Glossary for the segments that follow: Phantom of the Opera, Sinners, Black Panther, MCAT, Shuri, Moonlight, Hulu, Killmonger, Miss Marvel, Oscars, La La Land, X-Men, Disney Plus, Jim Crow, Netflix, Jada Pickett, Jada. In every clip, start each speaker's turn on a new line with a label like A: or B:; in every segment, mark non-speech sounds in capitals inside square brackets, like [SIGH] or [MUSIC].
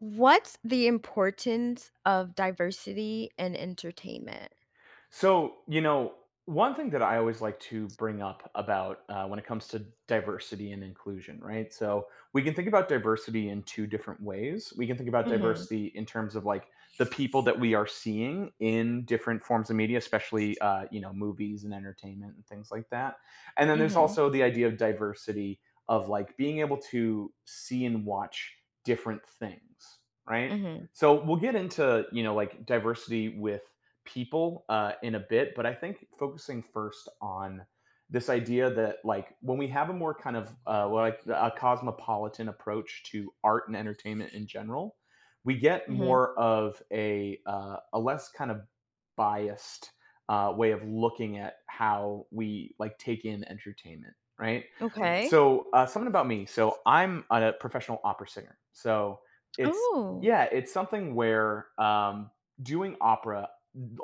A: What's the importance of diversity in entertainment?
B: So, one thing that I always like to bring up about when it comes to diversity and inclusion, right? So, we can think about diversity in two different ways. We can think about
A: Mhm,
B: diversity in terms of like the people that we are seeing in different forms of media, especially, movies and entertainment and things like that. And then there's
A: mhm,
B: also the idea of diversity of like being able to see and watch different things, right?
A: mhm,
B: So, we'll get into, like diversity with people in a bit, but I think focusing first on this idea that like when we have a more kind of well, like a cosmopolitan approach to art and entertainment in general, we get
A: mhm.
B: more of a less kind of biased way of looking at how we like take in entertainment, right?
A: Okay.
B: So, something about me. So, I'm a professional opera singer. So, it's,
A: Oh,
B: yeah, it's something where doing opera.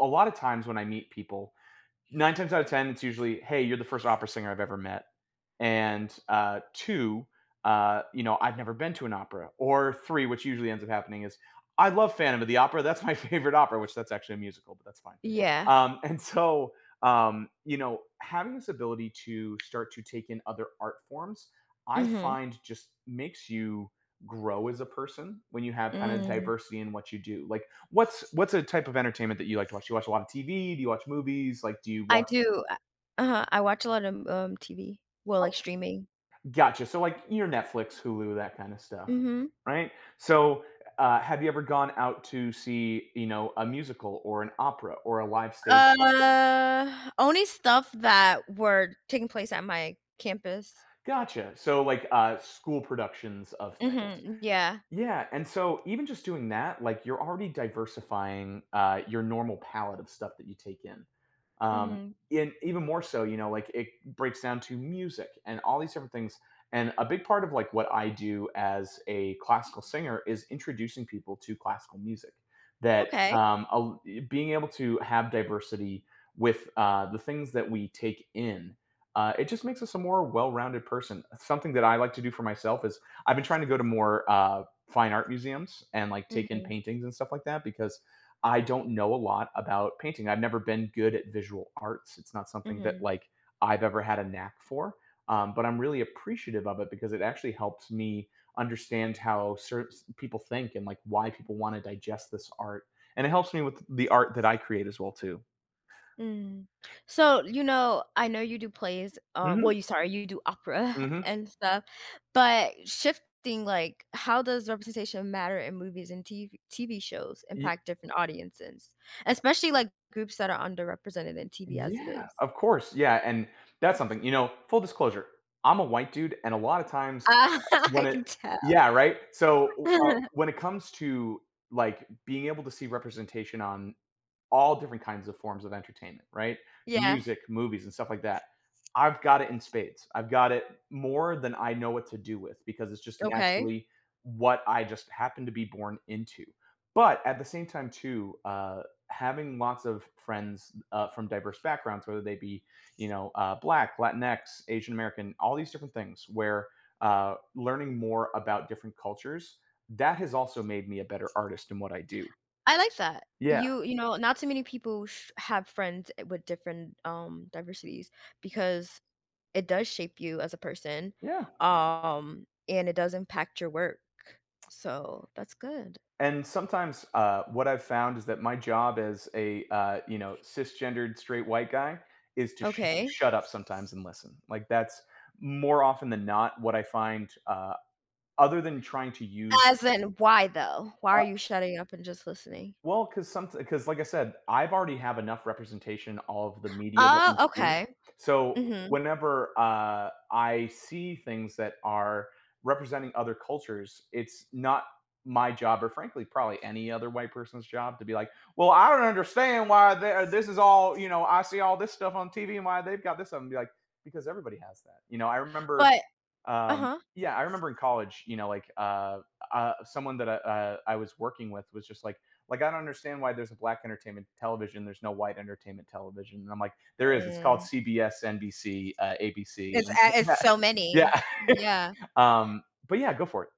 B: A lot of times when I meet people, nine times out of ten, it's usually, "Hey, you're the first opera singer I've ever met," and two, I've never been to an opera, or three, which usually ends up happening is, "I love Phantom of the Opera. That's my [LAUGHS] favorite opera," which that's actually a musical, but that's fine.
A: yeah.
B: And so, having this ability to start to take in other art forms, I
A: Mhm,
B: find just makes you grow as a person when you have kind of
A: mm.
B: diversity in what you do. Like, what's a type of entertainment that you like to watch? Do you watch a lot of TV? Do you watch movies? Like, do you
A: I
B: watch.
A: do. Uh-huh, I watch a lot of, TV. Well,
B: Oh,
A: like, streaming.
B: gotcha. So, like, your Netflix, Hulu, that kind of stuff,
A: Mhm.
B: right? So, have you ever gone out to see, a musical or an opera or a live stage play?
A: Only stuff that were taking place at my campus.
B: Gotcha. So, like, school productions of things.
A: Mhm, yeah.
B: Yeah, and so even just doing that, like you're already diversifying your normal palette of stuff that you take in. Um,
A: Mhm.
B: and even more so, like it breaks down to music and all these different things. And a big part of like what I do as a classical singer is introducing people to classical music. That
A: Okay.
B: being able to have diversity with the things that we take in, it just makes us a more well-rounded person. Something that I like to do for myself is I've been trying to go to more. Fine art museums and like take in
A: Mhm,
B: paintings and stuff like that because I don't know a lot about painting. I've never been good at visual arts. It's not something that
A: mhm.
B: like I've ever had a knack for. But I'm really appreciative of it because it actually helps me understand how people think and like why people want to digest this art. And it helps me with the art that I create as well too.
A: Mm. So, you know, I know you do plays,
B: Hmm.
A: well, you sorry, you do opera [LAUGHS]
B: Hmm.
A: and stuff, but shifting, like, how does representation matter in movies and TV shows
B: Y-
A: impact different audiences, especially like groups that are underrepresented in TV as it
B: yeah,
A: is?
B: of course. Yeah, and that's something. You know, full disclosure, I'm a white dude, and a lot of times
A: Ah, [LAUGHS] I
B: when it,
A: can tell.
B: yeah, right? So,
A: [LAUGHS]
B: when it comes to, like, being able to see representation on all different kinds of forms of entertainment, right?
A: Yeah,
B: Music, movies, and stuff like that. I've got it in spades. I've got it more than I know what to do with because it's just
A: okay.
B: naturally what I just happen to be born into. But at the same time, too, having lots of friends from diverse backgrounds, whether they be, Black, Latinx, Asian American, all these different things, where learning more about different cultures, that has also made me a better artist in what I do.
A: I like that.
B: Yeah.
A: You know, not too many people sh have friends with different, diversities because it does shape you as a person,
B: Yeah.
A: and it does impact your work. So, that's good.
B: And sometimes, what I've found is that my job as a, cisgendered straight white guy is to
A: Okay.
B: shut up sometimes and listen. Like, that's more often than not what I find, other than trying to use.
A: As in, why though? Why are you shutting up and just listening?
B: Well, because like I said, I've already have enough representation of the media that we
A: Oh,
B: see.
A: okay.
B: So
A: Mhm.
B: whenever, I see things that are representing other cultures, it's not my job or frankly probably any other white person's job to be like, "Well, I don't understand why the this is all," you know, "I see all this stuff on TV and why they've got this," and be like, "Because everybody has that." You know, I remember,
A: But
B: um,
A: uh-huh.
B: yeah, I remember in college, like, someone that I was working with was just like, I don't understand why there's a black entertainment television, there's no white entertainment television, and I'm like, there is. It's called
A: Mm.
B: CBS, NBC, ABC,
A: It's
B: and
A: a it's so
B: [LAUGHS] yeah, yeah.
A: many. Yeah.
B: But yeah, go for it.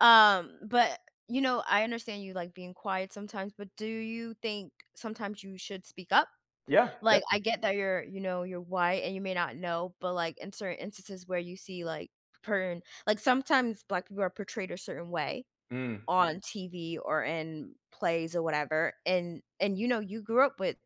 A: But, you know, I understand you like being quiet sometimes, but do you think sometimes you should speak up?
B: Yeah.
A: Like, I get that you're, you know, you're white and you may not know, but, like, in certain instances where you see, like, certain, like, sometimes black people are portrayed a certain way.
B: Definitely. Mm.
A: Mhm. On TV or in plays or whatever, and you know, you grew up with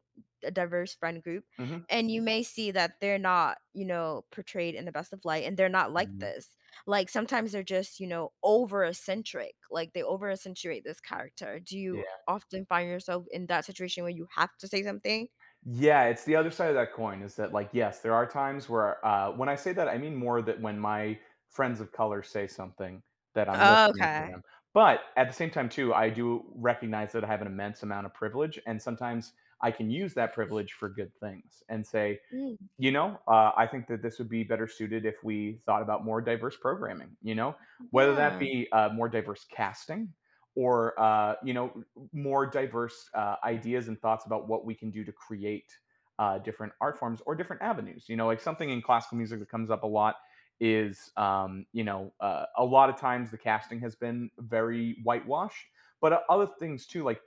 A: a diverse friend group,
B: Hmm.
A: and you may see that they're not, you know, portrayed in the best of light, and they're not like
B: Hmm.
A: this. Like, sometimes they're just, you know, over eccentric, like, they over accentuate this character. Do you
B: Yeah.
A: often find yourself in that situation where you have to say something?
B: Yeah, it's the other side of that coin is that, like, yes, there are times where, when I say that, I mean more that when my friends of color say something that I'm listening to them.
A: Okay.
B: But at the same time, too, I do recognize that I have an immense amount of privilege, and sometimes I can use that privilege for good things and say,
A: Mm,
B: I think that this would be better suited if we thought about more diverse programming, you know, whether that
A: yeah.
B: be more diverse casting or, more diverse ideas and thoughts about what we can do to create different art forms or different avenues. You know, like something in classical music that comes up a lot is, a lot of times the casting has been very whitewashed, but other things too, like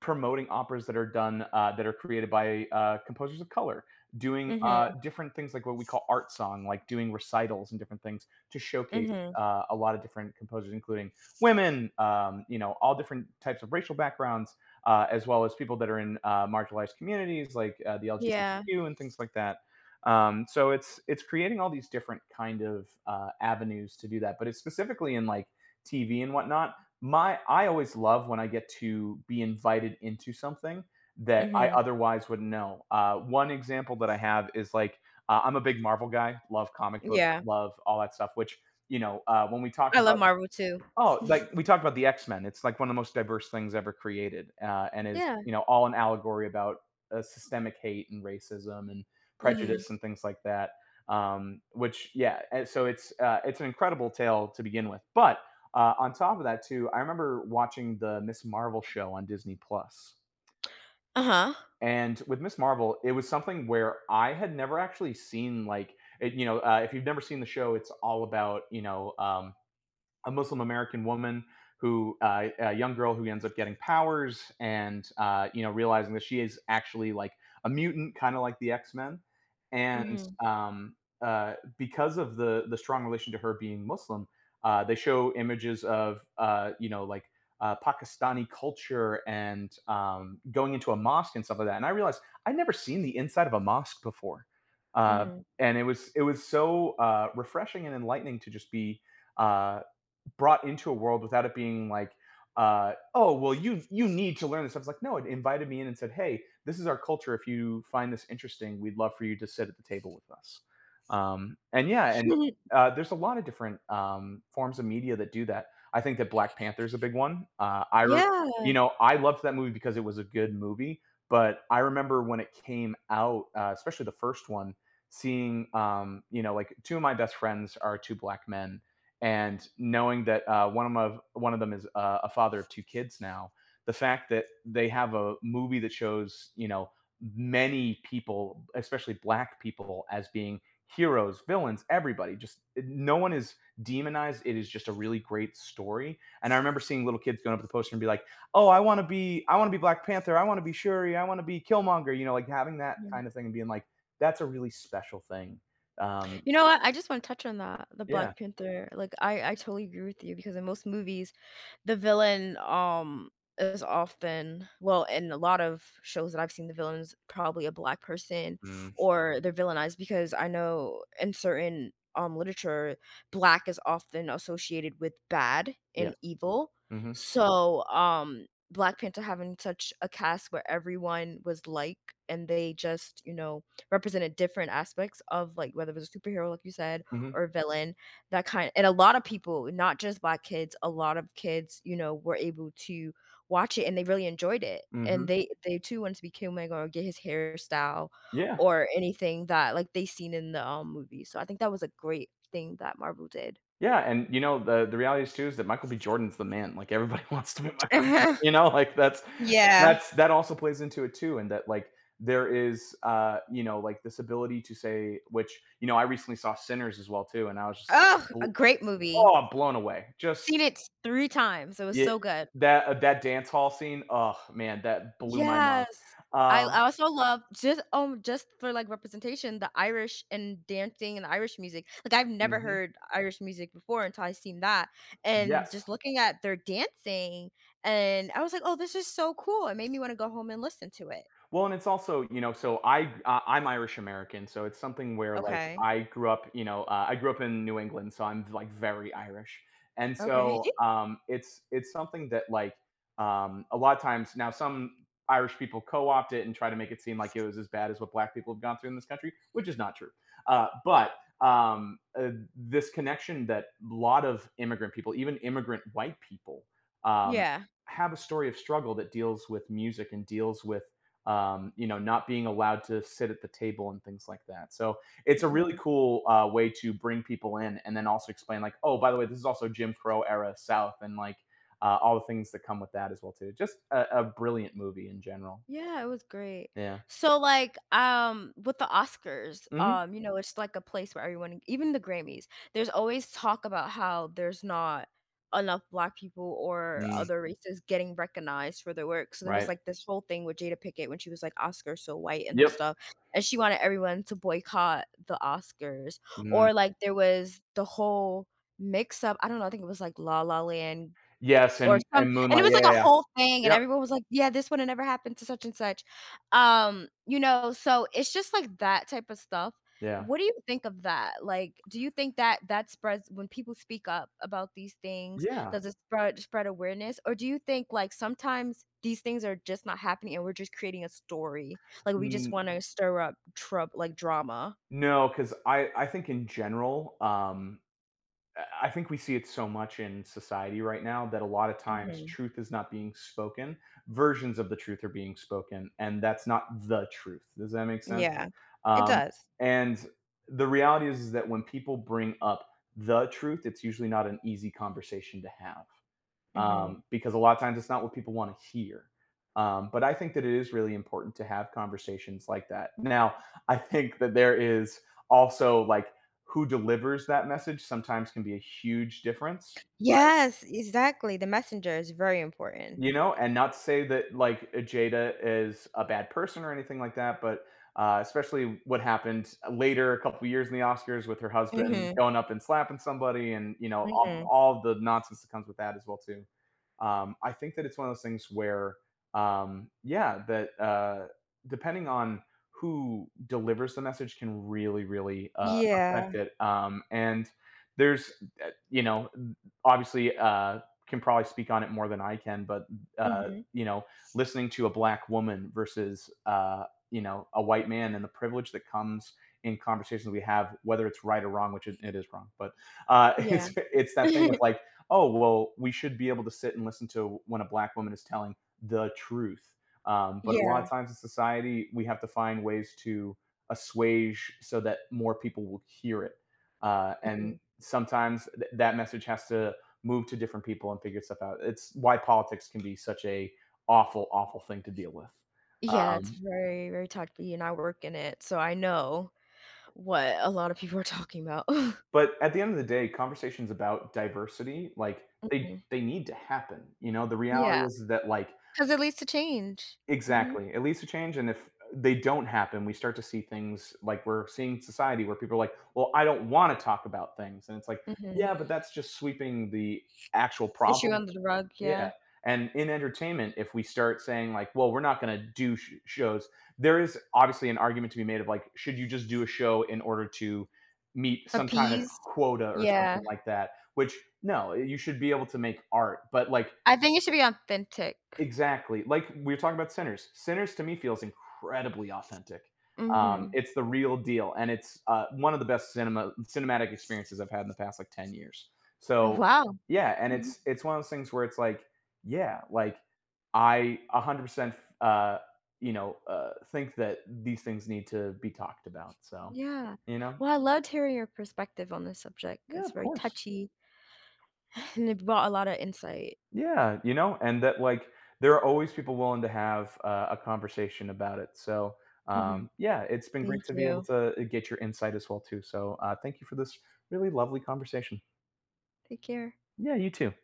B: promoting operas that are done, that are created by composers of color, doing
A: Mhm,
B: different things like what we call art song, like doing recitals and different things to showcase
A: mhm.
B: a lot of different composers, including women, all different types of racial backgrounds, as well as people that are in marginalized communities like the
A: Yeah.
B: LGBTQ and things like that. So it's creating all these different kind of avenues to do that, but it's specifically in like TV and whatnot, my I always love when I get to be invited into something that I
A: Mhm.
B: otherwise wouldn't know. One example that I have is like, I'm a big Marvel guy, love comic book,
A: Yeah,
B: love all that stuff, which, when we talk
A: I love
B: about.
A: Marvel too.
B: Oh,
A: [LAUGHS]
B: like, we talked about the X-Men, it's, like, one of the most diverse things ever created, and is,
A: Yeah,
B: all an allegory about, systemic hate and racism and
A: mhm.
B: prejudice and things like that, which, yeah, and so it's an incredible tale to begin with, but, on top of that too, I remember watching the Miss Marvel show on Disney Plus,
A: Uh-huh.
B: and with Miss Marvel, it was something where I had never actually seen. Like, if you've never seen the show, it's all about, a Muslim American woman who, a young girl who ends up getting powers and realizing that she is actually like a mutant, kind of like the X Men, and
A: Mhm,
B: because of the strong relation to her being Muslim, they show images of like, Pakistani culture and going into a mosque and stuff like that, and I realized I'd never seen the inside of a mosque before, uh,
A: mhm.
B: and it was so refreshing and enlightening to just be uh, brought into a world without it being like, "Oh, well, you need to learn this stuff." It's like, no, it invited me in and said, "Hey, this is our culture. If you find this interesting, we'd love for you to sit at the table with us." And yeah, and
A: [LAUGHS]
B: there's a lot of different forms of media that do that. I think that Black Panther is a big one. uh, i re- you
A: Yeah.
B: know i loved that movie, because it was a good movie but I remember when it came out, especially the first one, seeing, like, two of my best friends are two Black men, and knowing that, one of them is a father of two kids now. The fact that they have a movie that shows, many people, especially Black people, as being heroes, villains, everybody. Just no one is demonized. It is just a really great story. And I remember seeing little kids going up to the poster and be like, "Oh, I want to be Black Panther. I want to be Shuri. I want to be Killmonger." You know, like having that kind of thing and being like, "That's a really special thing." Um,
A: You know what? I just want to touch on that, the
B: yeah,
A: Black Panther. Like, I totally agree with you because in most movies, the villain is often in a lot of shows that I've seen, the villain's probably a black person
B: mm,
A: or they're villainized because I know in certain literature, black is often associated with bad
B: yeah,
A: and evil.
B: hmm
A: So, Black Panther having such a cast where everyone was like, and they just, you know, represented different aspects of, like, whether it was a superhero, like you said,
B: hmm.
A: or a villain, that kind and a lot of people, not just black kids, a lot of kids, you know, were able to watch it and they really enjoyed it, and
B: Mhm.
A: they too wanted to be Killmonger or get his hairstyle
B: Yeah.
A: or anything that, like, they seen in the, movie, so I think that was a great thing that Marvel did. [LAUGHS]
B: Yeah, and, you know, the reality is too is that Michael B. Jordan's the man, like, everybody [LAUGHS] wants to be Michael B.
A: Uh-huh.
B: You know, like, that's
A: Yeah.
B: that's that also plays into it too, and that, like, there is, you know, like, this ability to say which, you know, I recently saw Sinners as well too, and I was just
A: Oh,
B: bl
A: a great movie.
B: oh, blown away. Just
A: Seen it 3 times. It was
B: yeah,
A: so good.
B: that dance hall scene, oh, man, that blew my mind.
A: Yes. I
B: Um,
A: also love just for, like, representation, the Irish and dancing and Irish music. Like, I've never
B: mhm.
A: heard Irish music before until I seen that, and
B: Yes.
A: just looking at their dancing, and I was like, "Oh, this is so cool." It made me wanna go home and listen to it.
B: Well, and it's also, you know, so I'm Irish American, so it's something where like
A: Okay.
B: I grew up, I grew up in New England, so I'm like very Irish, and
A: Okay.
B: so
A: [LAUGHS]
B: it's something that like a lot of times now some Irish people co-opt it and try to make it seem like it was as bad as what Black people have gone through in this country, which is not true. But um, uh, this connection that a lot of immigrant people, even immigrant white people, um,
A: Yeah.
B: have a story of struggle that deals with music and deals with you know, not being allowed to sit at the table and things like that. So it's a really
A: Mhm.
B: cool way to bring people in and then also explain, like, oh, by the way, this is also Jim Crow era South and like all the things that come with that as well too. Just a brilliant movie in general.
A: Yeah, it was great.
B: Yeah.
A: So like, with the Oscars,
B: Hmm.
A: you know, it's like a place where everyone, even the Grammys, there's always talk about how there's not enough black people or
B: Mm,
A: other races getting recognized for their work. So there was
B: right.
A: like this whole thing with Jada Pickett when she was like Oscars so white and
B: Yep.
A: stuff, and she wanted everyone to boycott the Oscars.
B: Mm.
A: Or like there was the whole mix up. I don't know, I think it was like La La Land
B: Yes,
A: or
B: and
A: some and it
B: Moonlight.
A: was like
B: Yeah, yeah,
A: a
B: yeah.
A: whole thing, and
B: Yep.
A: everyone was like, "Yeah, this would've never happened to such and such." You know, so it's just like that type of stuff.
B: Yeah.
A: What do you think of that? Like, do you think that that spreads when people speak up about these things,
B: Yeah.
A: does it spread awareness? Or do you think, like, sometimes these things are just not happening and we're just creating a story? Like, we just
B: N-
A: wanna stir up trouble, like, drama?
B: no, because I think in general, I think we see it so much in society right now that a lot of times
A: Mhm.
B: truth is not being spoken. Versions of the truth are being spoken, and that's not the truth. Does that make sense?
A: Yeah. It
B: Um,
A: does.
B: and The reality is that when people bring up the truth, it's usually not an easy conversation to have
A: Mhm.
B: because a lot of times it's not what people want to hear. But I think that it is really important to have conversations like that. Now, I think that there is also like who delivers that message sometimes can be a huge difference.
A: Yes, exactly. The messenger is very important.
B: You know, and not to say that, like, Jada is a bad person or anything like that, but, especially what happened later, a couple years in the Oscars with her husband
A: Mhm.
B: going up and slapping somebody and, you know,
A: Mhm.
B: all the nonsense that comes with that as well too. I think that it's one of those things where, yeah, depending on who delivers the message can really, really,
A: Yeah.
B: affect it, and there's, you know, obviously, can probably speak on it more than I can, but
A: Mhm.
B: you know, listening to a black woman versus you know, a white man and the privilege that comes in conversations we have, whether it's right or wrong, which it is wrong, but [LAUGHS]
A: Yeah.
B: it's that thing of
A: [LAUGHS]
B: like, oh well, we should be able to sit and listen to when a black woman is telling the truth. But a lot of
A: Yeah.
B: times in society, we have to find ways to assuage so that more people will hear it. And
A: Mhm.
B: sometimes that message has to move to different people and figure stuff out. It's why politics can be such a awful, awful thing to deal with.
A: Yeah, it's
B: Um,
A: very, very touchy, and I work in it, so I know what a lot of people are talking about. [LAUGHS]
B: but at the end of the day, conversations about diversity, like
A: Mhm.
B: they need to happen. You know, the reality is
A: Because
B: that like
A: it leads to change. Mhm,
B: exactly it leads to change, and if they don't happen, we start to see things like we're seeing in society where people are like, "Well, I don't want to talk about things," and it's like,
A: mhm.
B: "Yeah, but that's just sweeping the actual
A: Issue
B: problem.
A: under the rug,
B: Yeah,
A: yeah.
B: and in entertainment, if we start saying like, "Well, we're not gonna do sh shows," there is obviously an argument to be made of like, should you just do a show in order to meet some kind of
A: Appeased.
B: quota or
A: Yeah.
B: something like that? Which, no, you should be able to make art, but like
A: I think it should be authentic.
B: exactly, like, we were talking about Sinners. Sinners to me feels incredibly authentic.
A: Mhm.
B: It's the real deal, and it's, one of the best cinematic experiences I've had in the past, like, 10 years. So
A: Wow.
B: yeah, and
A: Mhm.
B: it's one of those things where it's like, yeah, like, I 100%, uh, think that these things need to be talked about, so,
A: Yeah.
B: you know?
A: Well, I loved hearing your perspective on this subject.
B: Yeah,
A: It's
B: of
A: very
B: course.
A: touchy, [LAUGHS] and it brought a lot of insight.
B: Yeah, you know, and that like there are always people willing to have a conversation about it. So
A: Mhm.
B: yeah, it's been great
A: Thank
B: to be able
A: you.
B: to get your insight as well too. So thank you for this really lovely conversation.
A: Take care.
B: Yeah, you too.